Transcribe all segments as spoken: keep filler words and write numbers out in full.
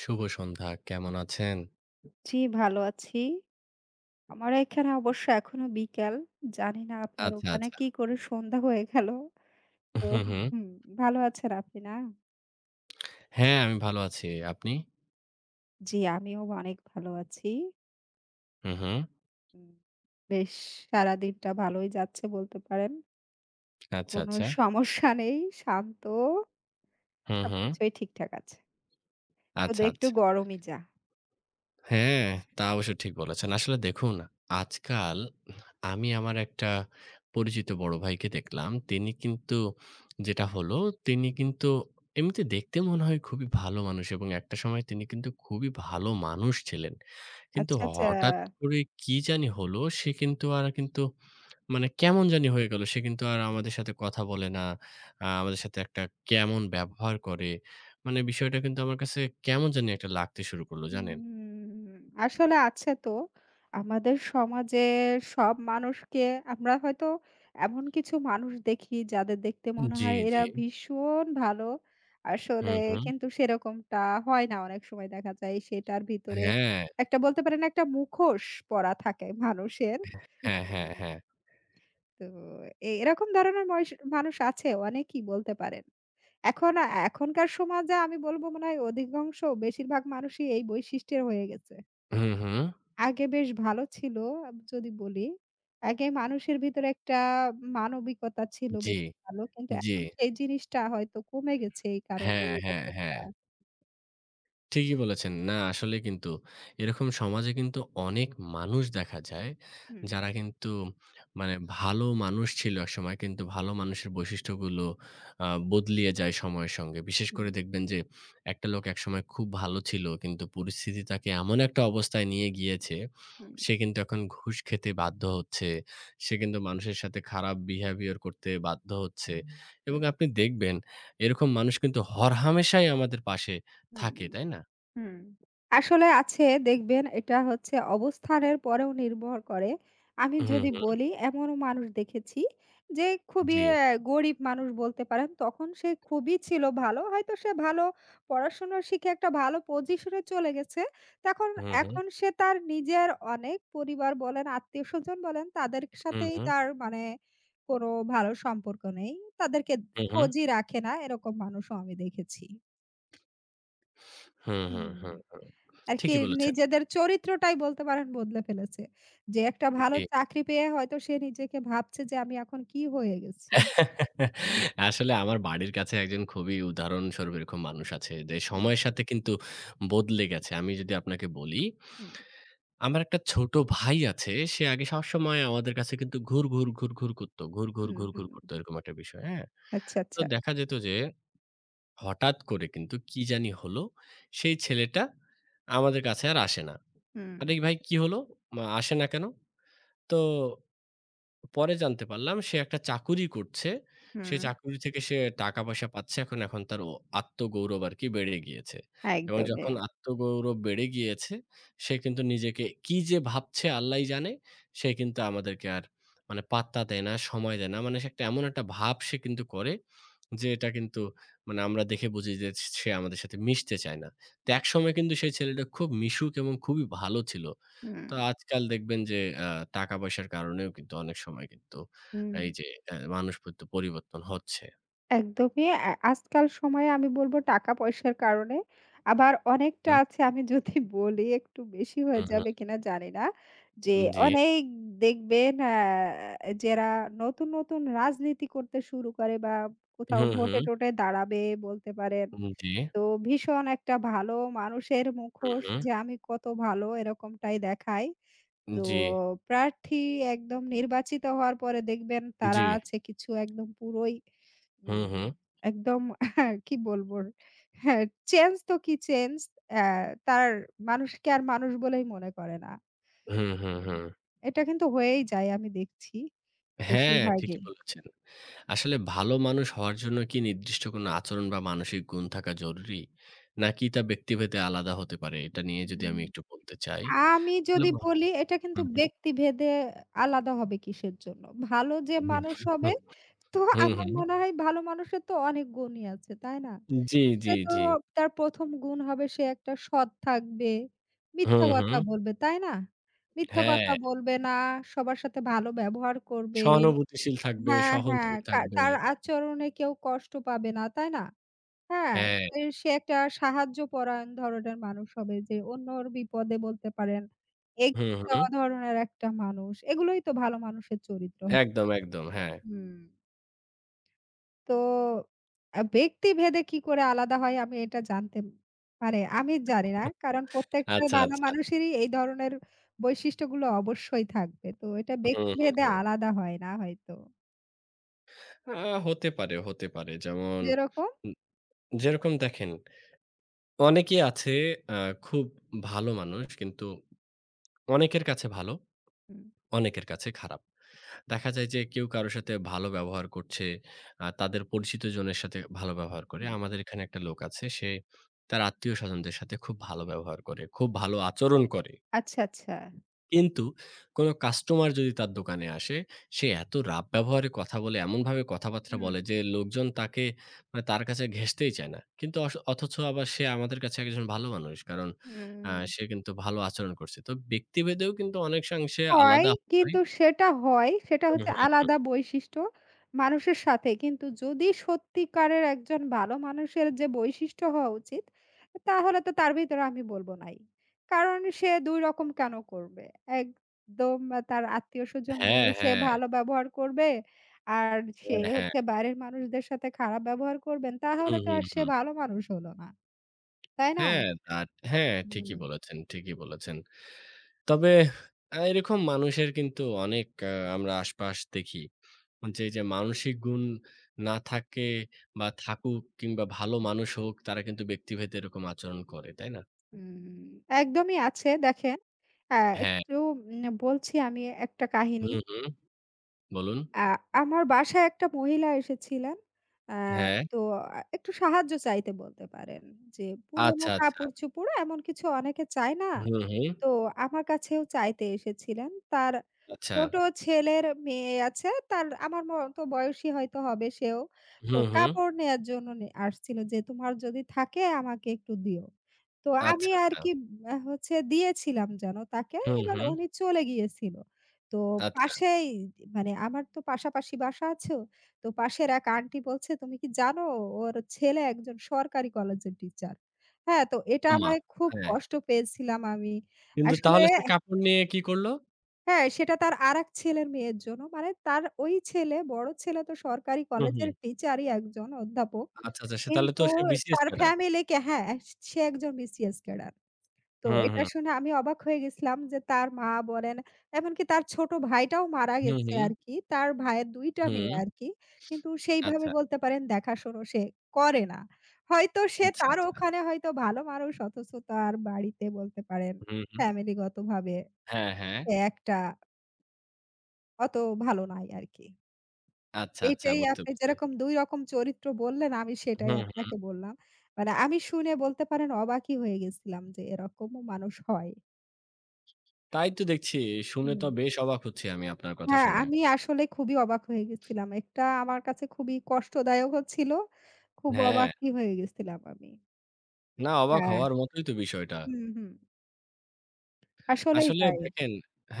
শুভ সন্ধ্যা। কেমন আছেন? জি, ভালো আছি। আমার এখানে অবশ্য এখনো বিকেল। জানি না আপনার আচ্ছা, ওখানে আচ্ছা। কি করে সন্ধ্যা হয়ে গেল। তো হুম, হুম। হুম, ভালো আছেন আপনি না? হ্যাঁ, আমি ভালো আছি। আপনি? জি, আমিও অনেক ভালো আছি। হুম, হুম। উম বেশ সারাদিনটা ভালোই যাচ্ছে বলতে পারেন। আচ্ছা, কোনো আচ্ছা। সমস্যা নেই, শান্ত, হুম, হুম। সবকিছুই ঠিকঠাক আছে। শুধু আচ্ছা, একটু আচ্ছা। গরমই যা। হ্যাঁ, তা অবশ্য ঠিক বলেছেন। আসলে দেখুন, আজকাল আমি আমার একটা পরিচিত বড় ভাইকে দেখলাম। তিনি কিন্তু যেটা হলো, তিনি কিন্তু এমনিতে দেখতে মনে হয় খুবই ভালো মানুষ এবং একটা সময় তিনি কিন্তু খুবই ভালো মানুষ ছিলেন। কিন্তু আচ্ছা, আচ্ছা। হঠাৎ করে কি জানি হলো, সে কিন্তু আর কিন্তু মানে কেমন জানি হয়ে গেল। সে কিন্তু আর আমাদের সাথে কথা বলে না। আ আমাদের সাথে একটা কেমন ব্যবহার করে। মানে বিষয়টা কিন্তু আমার কাছে কেমন জানি একটা লাগতে শুরু করলো, জানেন? হুম, আসলে আছে তো। আমাদের সমাজে সব মানুষকে আমরা হয়তো এমন কিছু মানুষ দেখি যাদের দেখতে হুম। মনে জি, হয় এরা জি। ভীষণ ভালো। আসলে হুম, হুম। কিন্তু সেরকমটা হয় না, অনেক সময় দেখা যায় সেটার ভিতরে হ্যাঁ, একটা বলতে পারেন একটা মুখোশ পরা থাকে মানুষের। হ্যাঁ, হুম, হ্যাঁ, হ্যাঁ। তো এ এরকম ধরনের ময়স মানুষ আছে অনেকই বলতে পারেন। এখন এখনকার সমাজে আমি বলব মনে হয় অধিকাংশ বেশিরভাগ মানুষই এই বৈশিষ্ট্যের হয়ে গেছে। হুম, হুম। আগে বেশ ভালো ছিল আব যদি বলি। আগে মানুষের ভিতরে একটা মানবিকতা ছিল জি, বেশ ভালো। কিন্তু জি। এখন সেই জিনিসটা হয়তো কমে গেছে এই কারণে হ্যাঁ, হ্যাঁ, এরকমটা। হ্যাঁ। ঠিকই বলেছেন। না আসলে কিন্তু এরকম সমাজে কিন্তু অনেক মানুষ দেখা যায়, হুম, যারা কিন্তু মানে ভালো মানুষ ছিল একসময় কিন্তু ভালো মানুষের বৈশিষ্ট্যগুলো আ বদলিয়ে যায় সময়ের সঙ্গে। বিশেষ হুম, করে দেখবেন যে একটা লোক একসময় খুব ভালো ছিল কিন্তু পরিস্থিতি তাকে এমন একটা অবস্থায় নিয়ে গিয়েছে, হুম, সে কিন্তু এখন ঘুষ খেতে বাধ্য হচ্ছে। সে কিন্তু মানুষের সাথে খারাপ behaviour করতে বাধ্য হচ্ছে হুম, এবং আপনি দেখবেন এরকম মানুষ কিন্তু হরহামেশাই আমাদের পাশে হুম। থাকে, তাই না? হুম। আসলে আছে দেখবেন, এটা হচ্ছে অবস্থানের পরেও নির্ভর করে। আমি হুম, যদি হুম। বলি এমনও মানুষ দেখেছি যে খুবই জি। অ্যা গরিব মানুষ বলতে পারেন। তখন সে খুবই ছিল ভালো। হয়তো সে ভালো পড়াশোনা শিখে একটা ভালো পজিশনে চলে গেছে। তখন হুম, হুম, এখন সে তার নিজের অনেক পরিবার বলেন, আত্মীয়স্বজন বলেন তাদের হুম, সাথেই হুম, তার মানে কোনো ভালো সম্পর্ক নেই। তাদেরকে হুম, হুম, খোঁজই রাখে না। এরকম মানুষও আমি দেখেছি। হুম, হুম, হুম। হুম, হুম। আর কি ঠিকই বলেছেন। নিজেদের চরিত্রটাই বলতে পারেন বদলে ফেলেছে। যে একটা ভালো জি। চাকরি পেয়ে হয়তো সে নিজেকে ভাবছে যে আমি এখন কি হয়ে গেছি? আসলে আমার বাড়ির কাছে একজন খুবই উদাহরণস্বরূপ এরকম মানুষ আছে যে হুম, সময়ের সাথে কিন্তু বদলে গেছে। আমি যদি আপনাকে বলি, আমার একটা ছোট ভাই আছে। সে আগে সবসময় আমাদের কাছে কিন্তু ঘুর, ঘুর, ঘুর, ঘুর করত। ঘুর, ঘুর, হুম, ঘুর, হুম, ঘুর হুম। করত এরকম একটা বিষয়, হ্যাঁ? আচ্ছা, তো আচ্ছা। দেখা যেত যে হঠাৎ করে কিন্তু কি জানি হলো, সেই ছেলেটা আমাদের কাছে আর আসে না। হুম, আরে ভাই কি হলো? মা আসে না কেন? তো পরে জানতে পারলাম সে একটা চাকুরি করছে। সে হুম। চাকুরি থেকে সে টাকা-পয়সা পাচ্ছে এখন, এখন তার ও আত্মগৌরব আরকি বেড়ে গিয়েছে। এবং একদমই। যখন আত্মগৌরব বেড়ে গিয়েছে, সে কিন্তু নিজেকে কি যে ভাবছে আল্লাহই জানে। সে কিন্তু আমাদেরকে আর মানে পাত্তা দেয় না, সময় দেয় না। মানে সে একটা এমন একটা ভাব সে কিন্তু করে যে এটা কিন্তু মানে আমরা দেখে বুঝি যে সে আমাদের সাথে মিশতে চায় না। তো একসময় কিন্তু সেই ছেলেটা খুব মিশুক এবং খুবই ভালো ছিল। হুম, তো আজকাল দেখবেন যে আ টাকা-পয়সার কারণেও কিন্তু অনেক সময় কিন্তু হুম। এই যে অ্যা মানুষ কিন্তু পরিবর্তন হচ্ছে। একদমই আ আজকাল সময়ে আমি বলব টাকা-পয়সার কারণে। আবার অনেকটা হুম, আছে আমি যদি বলি একটু বেশি হয়ে হুম, হুম। যাবে কিনা জানি না। যে জি। অনেক দেখবেন আ যারা নতুন, নতুন রাজনীতি করতে শুরু করে বা কোথাও হুম, হুম। ভোটে-টোটে দাঁড়াবে বলতে পারেন। উম জি। তো ভীষণ একটা ভালো মানুষের হুম, মুখোশ হুম। যে আমি কত ভালো এরকমটাই দেখায়। তো জি, প্রার্থী একদম নির্বাচিত হওয়ার পরে দেখবেন তারা জি। আছে কিছু একদম পুরোই হুম, হুম, হুম। হুম। একদম কি বলবো? হ্যাঁ, চেঞ্জ তো কি চেঞ্জ। অ্যা তার মানুষকে আর মানুষ বলেই মনে করে না। হুম, হুম, হুম, হুম। হুম। এটা কিন্তু হয়েই যায় আমি দেখছি হ্যাঁ, ঠিকই বেশিরভাগই। বলেছেন। আসলে ভালো মানুষ হওয়ার জন্য কি নির্দিষ্ট কোনো আচরণ বা মানসিক গুণ থাকা জরুরি? নাকি তা ব্যক্তিভেদে আলাদা হতে পারে? এটা নিয়ে যদি হুম। আমি একটু বলতে চাই। আমি তাহলে যদি ব- বলি এটা কিন্তু হুম, হুম, ব্যক্তিভেদে আলাদা হবে কিসের জন্য? ভালো যে হুম, মানুষ হুম, হবে তো হুম, আমার হুম। মনে হয় ভালো মানুষের তো অনেক গুণই আছে, তাই না? হুম, জি, সে জি, তো জি। তার প্রথম গুণ হবে সে একটা সৎ থাকবে। মিথ্যা হুম, হুম। কথা বলবে, তাই না? মিথ্যা কথা হ্যাঁ। বলবে না, সবার সাথে ভালো ব্যবহার করবে। সহানুভূতিশীল থাকবে, হ্যাঁ, হ্যাঁ, সহনশীল কা থাকবে। তার আচরণে কেউ কষ্ট পাবে না, তাই না? হ্যাঁ, হ্যাঁ, এ সে একটা সাহায্যপরায়ণ ধরনের মানুষ হবে যে অন্যর বিপদে বলতে পারেন। হুম, এগিয়ে হুম। যাওয়া ধরনের একটা মানুষ। এগুলোই তো ভালো মানুষের চরিত্র। একদম, একদম। হ্যাঁ। হুম। তো আ ব্যক্তিভেদে কি করে আলাদা হয় আমি এটা জানতে, মানে আমি জানি না। কারণ প্রত্যেকটা আচ্ছা, ভালো আচ্ছা। মানুষেরই এই ধরনের বৈশিষ্ট্যগুলো অবশ্যই থাকবে। তো এটা হুম, হুম, ব্যক্তিভেদে হুম। আলাদা হয় না হয়তো। আ হতে পারে, হতে পারে। যেমন যেরকম? উম যেরকম দেখেন অনেকেই আছে আ খুব ভালো মানুষ কিন্তু অনেকের কাছে ভালো, হুম, অনেকের কাছে খারাপ। দেখা যায় যে কেউ কারো সাথে ভালো ব্যবহার করছে, আ তাদের পরিচিতজনের সাথে ভালো ব্যবহার করে। হুম। আমাদের এখানে একটা লোক আছে সে তার আত্মীয়স্বজনদের সাথে খুব ভালো ব্যবহার করে, খুব ভালো আচরণ করে। আচ্ছা, আচ্ছা। কিন্তু কোনো কাস্টমার যদি তার দোকানে আসে, সে এত রাপ ব্যবহারে কথা বলে, এমনভাবে কথাবার্তা হুম। বলে যে লোকজন তাকে মানে তার কাছে ঘেঁষতেই চায় না। কিন্তু অস অথচ আবার সে আমাদের কাছে একজন ভালো মানুষ। কারণ আ হুম। সে কিন্তু ভালো আচরণ করছে। তো ব্যক্তিভেদেও কিন্তু অনেকাংশে হয়, আলাদা হয়। কিন্তু সেটা হয়, সেটা হুম, হচ্ছে হুম, হুম। আলাদা বৈশিষ্ট্য মানুষের সাথে। কিন্তু যদি সত্যিকারের একজন ভালো মানুষের যে বৈশিষ্ট্য হওয়া উচিত, তাহলে তো তার ভিতরে আমি বলব নাই। কারণ সে দুই রকম কেন করবে? একদম তার আত্মীয়স্বজন বলে হ্যাঁ, সে হ্যাঁ, ভালো ব্যবহার করবে, আর সে হ্যাঁ, হ্যাঁ। হচ্ছে বাইরের মানুষদের সাথে খারাপ ব্যবহার করবেন, তাহলে হুম, তো হুম, আর সে হুম। ভালো মানুষ হলো না। তাই না? হ্যাঁ, তা হ্যাঁ, হুম। ঠিকই বলেছেন, ঠিকই বলেছেন। তবে আ এরকম মানুষের কিন্তু অনেক আ আমরা আশপাশ দেখি। যে এই যে মানসিক গুণ না থাকে বা থাকুক কিংবা ভালো মানুষ হোক তারা কিন্তু ব্যক্তিভেদে এরকম আচরণ করে, তাই না? হুম, একদমই আছে দেখেন, আ হ্যাঁ। একটু উম বলছি আমি একটা কাহিনী। হুম, হুম। বলুন। আ আমার বাসায় একটা মহিলা এসেছিলেন। আ হ্যাঁ। তো আ একটু সাহায্য চাইতে বলতে পারেন। যে পুরনো আচ্ছা, আচ্ছা। কাপড়-চোপড় এমন কিছু অনেকে চায় না। হুম, হুম। তো আমার কাছেও চাইতে এসেছিলেন। তার আচ্ছা। ছোট ছেলের মেয়ে আছে। তার আমার মতো বয়সী হয়তো হবে সেও। তো হুম, হুম। কাপড় নেয়ার জন্য নে আসছিল যে, "তোমার যদি থাকে আমাকে একটু দিও।" তো আমি আচ্ছা, আর আচ্ছা। কি আ হচ্ছে দিয়েছিলাম যেন তাকে। হুম, এবার হুম। উনি চলে গিয়েছিল। তো আচ্ছা। পাশেই মানে আমার তো পাশাপাশি বাসা আছে। তো পাশের এক আন্টি বলছে, "তুমি কি জানো ওর ছেলে একজন সরকারি কলেজের টিচার।" হ্যাঁ, তো এটা ওমা! আমার খুব হ্যাঁ। কষ্ট পেয়েছিলাম আমি। কিন্তু আসলে তাহলে সে কাপড় নিয়ে কি করলো? হ্যাঁ, সেটা তার আরেক ছেলের মেয়ের জন্য। মানে তার ওই ছেলে, বড় ছেলে তো সরকারি হুম, কলেজের হুম। টিচারই একজন অধ্যাপক। আচ্ছা, আচ্ছা। সে তাহলে তো কিন্তু সে বিসিএস তার ক্যাডার। ফ্যামিলিকে হ্যাঁ, সে একজন বিসিএস ক্যাডার। তো হুম, এটা হুম। শুনে আমি অবাক হয়ে গেছিলাম যে তার মা বলেন, এমনকি তার ছোট ভাইটাও মারা হুম, গেছে হুম। আরকি। তার ভাইয়ের দুই টা মেয়ে হুম। আরকি। কিন্তু সেইভাবে আচ্ছা, বলতে পারেন দেখাশোনা সে করে না। হয়তো সে আচ্ছা, তার আচ্ছা। ওখানে হয়তো ভালো মানুষ অথচ তার বাড়িতে বলতে পারেন হুম, হুম। ফ্যামিলিগতভাবে হ্যাঁ, হ্যাঁ। সে একটা অত ভালো নাই আরকি। আচ্ছা, আচ্ছা এটাই বুঝতে আপনি পেরেছি। যেরকম দুই রকম চরিত্র বললেন আমি সেটাই হুম, হুম। আপনাকে বললাম। মানে আমি শুনে বলতে পারেন অবাকই হয়ে গেছিলাম যে এরকমও মানুষ হয়। তাই তো দেখছি। শুনে তো হুম। বেশ অবাক হচ্ছি আমি আপনার কথা হ্যাঁ, শুনে। আমি আসলে খুবই অবাক হয়ে গেছিলাম। একটা আমার কাছে খুবই কষ্টদায়কও ছিল। খুব হ্যাঁ, অবাকই হয়ে গেছিলাম আমি। না অবাক হ্যাঁ, হওয়ার মতোই তো বিষয়টা। হুম, হুম। আসলেই আসলে তাই। দেখেন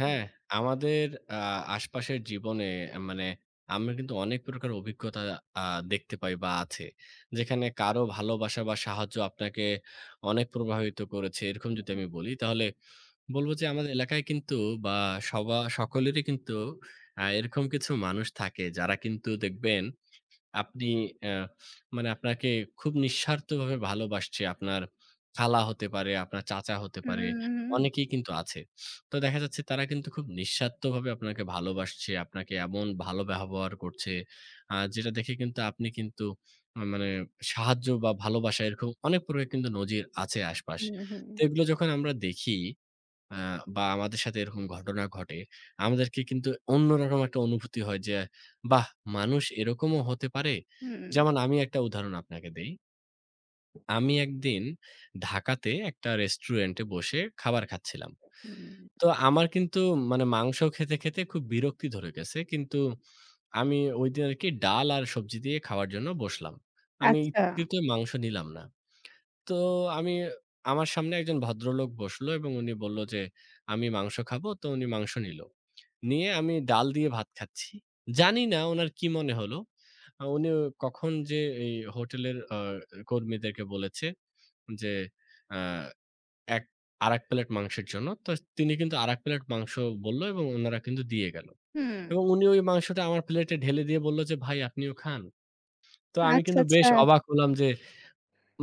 হুম, আমাদের আ আশপাশের জীবনে মানে আমরা কিন্তু অনেক প্রকার অভিজ্ঞতা আ দেখতে পাই বা আছে। যেখানে কারো ভালোবাসা বা সাহায্য আপনাকে অনেক প্রভাবিত করেছে। এরকম যদি হুম, আমি বলি তাহলে বলব যে আমাদের এলাকায় কিন্তু বা সবা সকলেরই কিন্তু আ এরকম কিছু মানুষ থাকে যারা কিন্তু দেখবেন আপনি অ্যা মানে আপনাকে খুব নিঃস্বার্থভাবে ভালোবাসছে আপনার খালা হতে পারে, আপনার চাচা হতে পারে। হুম, অনেকেই কিন্তু আছে। তো দেখা যাচ্ছে তারা কিন্তু খুব নিঃস্বার্থভাবে আপনাকে ভালোবাসছে, আপনাকে এমন ভালো ব্যবহার করছে, আ যেটা দেখে কিন্তু আপনি কিন্তু আ মানে সাহায্য বা ভালোবাসা এরকম অনেক প্রকার কিন্তু নজির আছে আশপাশ। হুম, হুম, তো এগুলো যখন আমরা দেখি আ বা আমাদের সাথে এরকম ঘটনা ঘটে, আমাদেরকে কিন্তু অন্যরকম একটা অনুভূতি হয় যে, বাহ! মানুষ এরকমও হতে পারে। হুম, হুম। যেমন আমি একটা উদাহরণ আপনাকে দেই। আমি একদিন ঢাকাতে একটা রেস্টুরেন্টে বসে খাবার খাচ্ছিলাম। হুম। তো আমার কিন্তু মানে মাংস খেতে, খেতে খুব বিরক্তি ধরে গেছে। কিন্তু আমি ওইদিন আরকি ডাল আর সবজি দিয়ে খাওয়ার জন্য বসলাম। আমি আচ্ছা। ইচ্ছাকৃত মাংস নিলাম না। তো আমি আমার সামনে একজন ভদ্রলোক বসলো এবং উনি বলল যে, "আমি মাংস খাবো।" তো উনি মাংস নিলো। নিয়ে আমি ডাল দিয়ে ভাত খাচ্ছি। জানি না উনার কি মনে হলো। আ উনি কখন যে এই হোটেলের আ কর্মীদেরকে বলেছে যে, আ এক আরেক প্লেট মাংসের জন্য। তো তিনি কিন্তু আরেক প্লেট মাংস বলল এবং উনারা কিন্তু দিয়ে গেল। হুম। এবং উনি ওই মাংসটা আমার প্লেটে ঢেলে দিয়ে বলল যে, "ভাই আপনিও খান।" তো আমি আচ্ছা, কিন্তু আচ্ছা। বেশ অবাক হলাম যে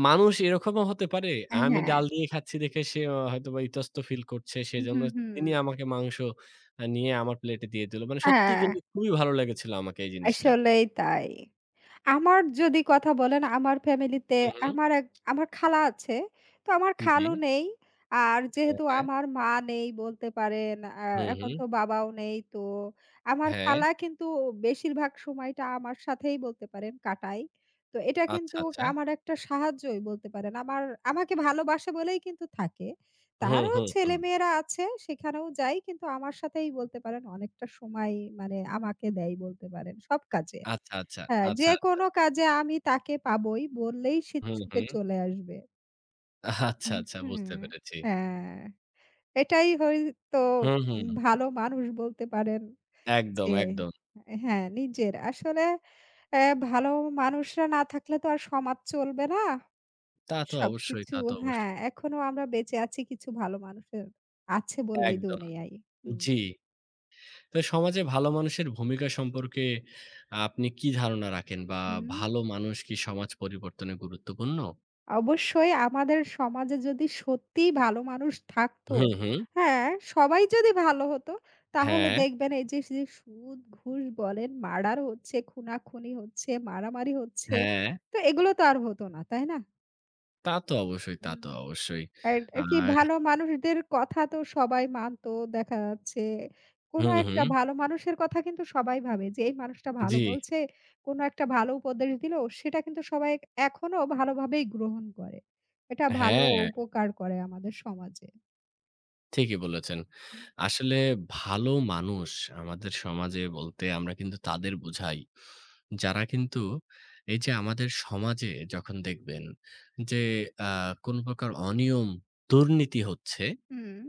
মানুষ এরকমও হতে পারে? আমি হ্যাঁ, ডাল দিয়ে খাচ্ছি দেখে সে অ হয়তোবা ইতস্ত ফিল করছে। সেজন্য হুম, হুম। তিনি আমাকে মাংস আ নিয়ে আমার প্লেটে দিয়ে দিল। মানে সত্যিই হ্যাঁ, কিন্তু খুবই ভালো লেগেছিল আমাকে এই জিনিসটা। আসলেই তাই। আমার যদি কথা বলেন আমার ফ্যামিলিতে হু, হু। আমার এক আমার খালা আছে। তো আমার জি। খালু নেই। আর হ্যাঁ, যেহেতু হ্যাঁ। আমার মা নেই বলতে পারেন, আ হু, হু। এখন তো বাবাও নেই। তো আমার হ্যাঁ। খালা কিন্তু বেশিরভাগ সময়টা আমার সাথেই বলতে পারেন কাটায়। তো এটা আচ্ছা, কিন্তু আচ্ছা। আমার একটা সাহায্যই বলতে পারেন। আমার আমাকে ভালোবাসে বলেই কিন্তু থাকে। হু, তারও হু, হু। ছেলেমেয়েরা আছে সেখানেও যাই। কিন্তু আমার সাথেই বলতে পারেন অনেকটা সময় মানে আমাকে দেয় বলতে পারেন সব কাজে। আচ্ছা, আচ্ছা, হ্যাঁ, আচ্ছা, আচ্ছা। যেকোনো কাজে আমি তাকে পাবোই বললেই সে হু, ছুটে হু। চলে আসবে। আচ্ছা, হুম, আচ্ছা হুম। বুঝতে পেরেছি। হ্যাঁ, এটাই হয়তো হু, হু। ভালো মানুষ বলতে পারেন যে একদম, একদম। হ্যাঁ, নিজের। আসলে অ্যা ভালো মানুষরা না থাকলে তো আর সমাজ চলবে না। তা তো অবশ্যই, সবকিছু তা তো হ্যাঁ, অবশ্যই। এখনো আমরা বেঁচে আছি কিছু ভালো মানুষের আছে বলেই একদম। দুনিয়ায়। হুম। জি। তো সমাজে ভালো মানুষের ভূমিকা সম্পর্কে আপনি কি ধারণা রাখেন? বা হুম। ভালো মানুষ কি সমাজ পরিবর্তনে গুরুত্বপূর্ণ? অবশ্যই আমাদের সমাজে যদি সত্যিই ভালো মানুষ থাকতো, হুম, হুম। হ্যাঁ, সবাই যদি ভালো হতো, তাহলে হ্যাঁ, দেখবেন এই যে যে সুদ, ঘুষ বলেন, মার্ডার হচ্ছে, খুনাখুনি হচ্ছে, মারামারি হচ্ছে। হ্যাঁ। তো এগুলো তো আর হতো না, তাই না? তা তো অবশ্যই, তা হুম। তো অবশ্যই। আর আরকি আর ভালো মানুষদের কথা তো সবাই মানতো দেখা যাচ্ছে। কোন হুম, একটা হুম। ভালো মানুষের কথা কিন্তু সবাই ভাবে যে এই মানুষটা ভালো জি। বলছে, কোন একটা ভালো উপদেশ দিল সেটা কিন্তু সবাই এখনো ভালোভাবেই গ্রহণ করে। এটা ভালো হ্যাঁ, উপকার করে আমাদের সমাজে। ঠিকই বলেছেন। আসলে ভালো মানুষ আমাদের সমাজে বলতে আমরা কিন্তু তাদের বোঝাই, যারা কিন্তু এই যে আমাদের সমাজে যখন দেখবেন যে আ কোনো প্রকার অনিয়ম, দুর্নীতি হচ্ছে হুম।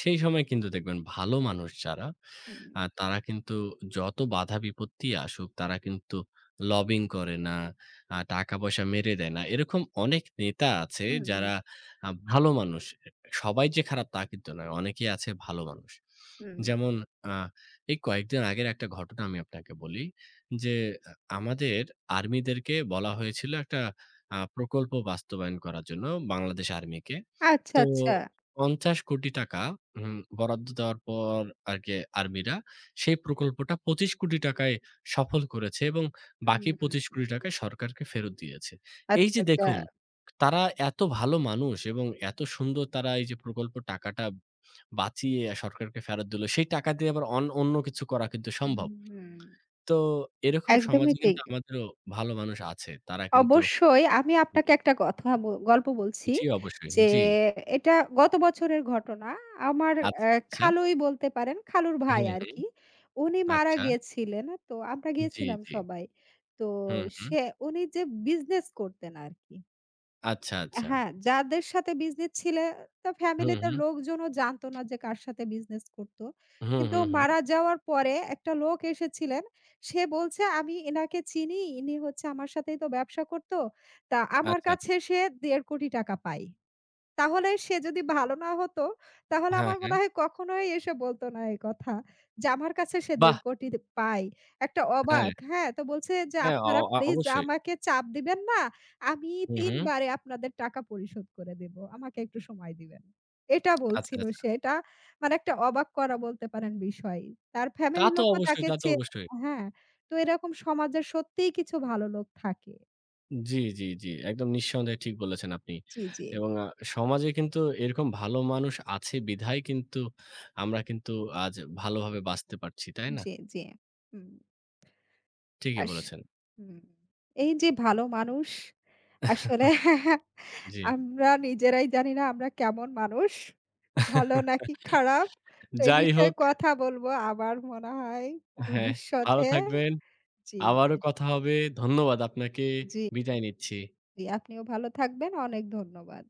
সেই সময় কিন্তু দেখবেন ভালো মানুষ যারা, হুম, আ তারা কিন্তু যত বাধা বিপত্তি আসুক তারা কিন্তু লবিং করে না, আ টাকা-পয়সা মেরে দেয় না। এরকম অনেক নেতা আছে হুম, হুম, যারা আ ভালো মানুষ। সবাই যে খারাপ তা কিন্তু নয়। অনেকেই আছে ভালো মানুষ। হুম। যেমন আ এই কয়েকদিন আগের একটা ঘটনা আমি আপনাকে বলি যে আ আমাদের আর্মিদেরকে বলা হয়েছিল একটা আ প্রকল্প বাস্তবায়ন করার জন্য বাংলাদেশ আর্মিকে। আচ্ছা, তো আচ্ছা। পঞ্চাশ কোটি টাকা উম বরাদ্দ দেওয়ার পর আরকি আর্মিরা সেই প্রকল্পটা পঁচিশ কোটি টাকায় সফল করেছে এবং বাকি হুম, পঁচিশ কোটি টাকা সরকারকে ফেরত দিয়েছে। এই আচ্ছা, যে আচ্ছা। দেখুন, তারা এত ভালো মানুষ এবং এত সুন্দর তারা এই যে প্রকল্প টাকাটা বাঁচিয়ে সরকারকে ফেরত দিল। সেই টাকা দিয়ে আবার অন অন্য কিছু করা কিন্তু সম্ভব। হুম, হুম। তো এরকম একদমই সমাজে ঠিক। কিন্তু আমাদেরও ভালো মানুষ আছে। তারা কিন্তু অবশ্যই আমি আপনাকে একটা কথা ব গল্প বলছি জি, অবশ্যই। যে জি। এটা গত বছরের ঘটনা। আমার আচ্ছা, অ্যা আচ্ছা। খালুই বলতে পারেন, খালুর ভাই হুম, হুম। আরকি। উনি মারা আচ্ছা। গিয়েছিলেন। তো আমরা জি, গিয়েছিলাম জি। সবাই। তো হুম, হুম। সে উনি যে বিজনেস করতেন আরকি। আচ্ছা, আচ্ছা। হ্যাঁ, যাদের সাথে বিজনেস ছিলে তা হুম, ফ্যামিলিতে হুম। লোকজনও জানতো না যে কার সাথে বিজনেস করতো। হুম, কিন্তু হুম, হুম। মারা যাওয়ার পরে একটা লোক এসেছিলেন। সে বলছে, "আমি এনাকে চিনি। ইনি হচ্ছে আমার সাথেই তো ব্যবসা করতো। তা আমার আচ্ছা। কাছে সে দেড় কোটি টাকা পায়।" তাহলে সে যদি ভালো না হতো, তাহলে হ্যাঁ, আমার মনে হ্যাঁ। হয় কখনোই এসে বলতো না এই কথা। যে আমার কাছে সে বাহ! দেড় কোটি পায়। একটা হ্যাঁ, অবাক, হ্যাঁ? তো বলছে যে, হ্যাঁ, অ "আপনারা অ প্লিজ অবশ্যই। আমাকে চাপ দিবেন না। আমি হুম, তিন হুম। বারে আপনাদের টাকা পরিশোধ করে দেব। আমাকে একটু সময় দিবেন।" এটা আচ্ছা, বলছিল আচ্ছা। সে। এটা মানে একটা অবাক করা বলতে পারেন বিষয়। তার তা ফ্যামিলির তো লোকও অবশ্যই, তাকে তা তো চেনে অবশ্যই। হ্যাঁ, তো এরকম সমাজের সত্যিই কিছু ভালো লোক থাকে। জি, জি, জি। একদম নিঃসন্দেহে ঠিক বলেছেন আপনি। জি, জি, এবং আ সমাজে কিন্তু এরকম ভালো মানুষ আছে বিধায় কিন্তু আমরা কিন্তু আজ ভালোভাবে বাঁচতে পারছি, তাই না? জি, জি। হুম। ঠিকই আস বলেছেন। হুম, এই যে ভালো মানুষ আসলে জি। আমরা নিজেরাই জানি না আমরা কেমন মানুষ, ভালো নাকি খারাপ। তো এই যাই বিষয়ে হোক, কথা বলবো আমার মনে হয় হ্যাঁ, ভালো ভবিষ্যতে থাকবেন। জি, আবারও কথা হবে। ধন্যবাদ আপনাকে। জি, বিদায় নিচ্ছি। জি, আপনিও ভালো থাকবেন। অনেক ধন্যবাদ।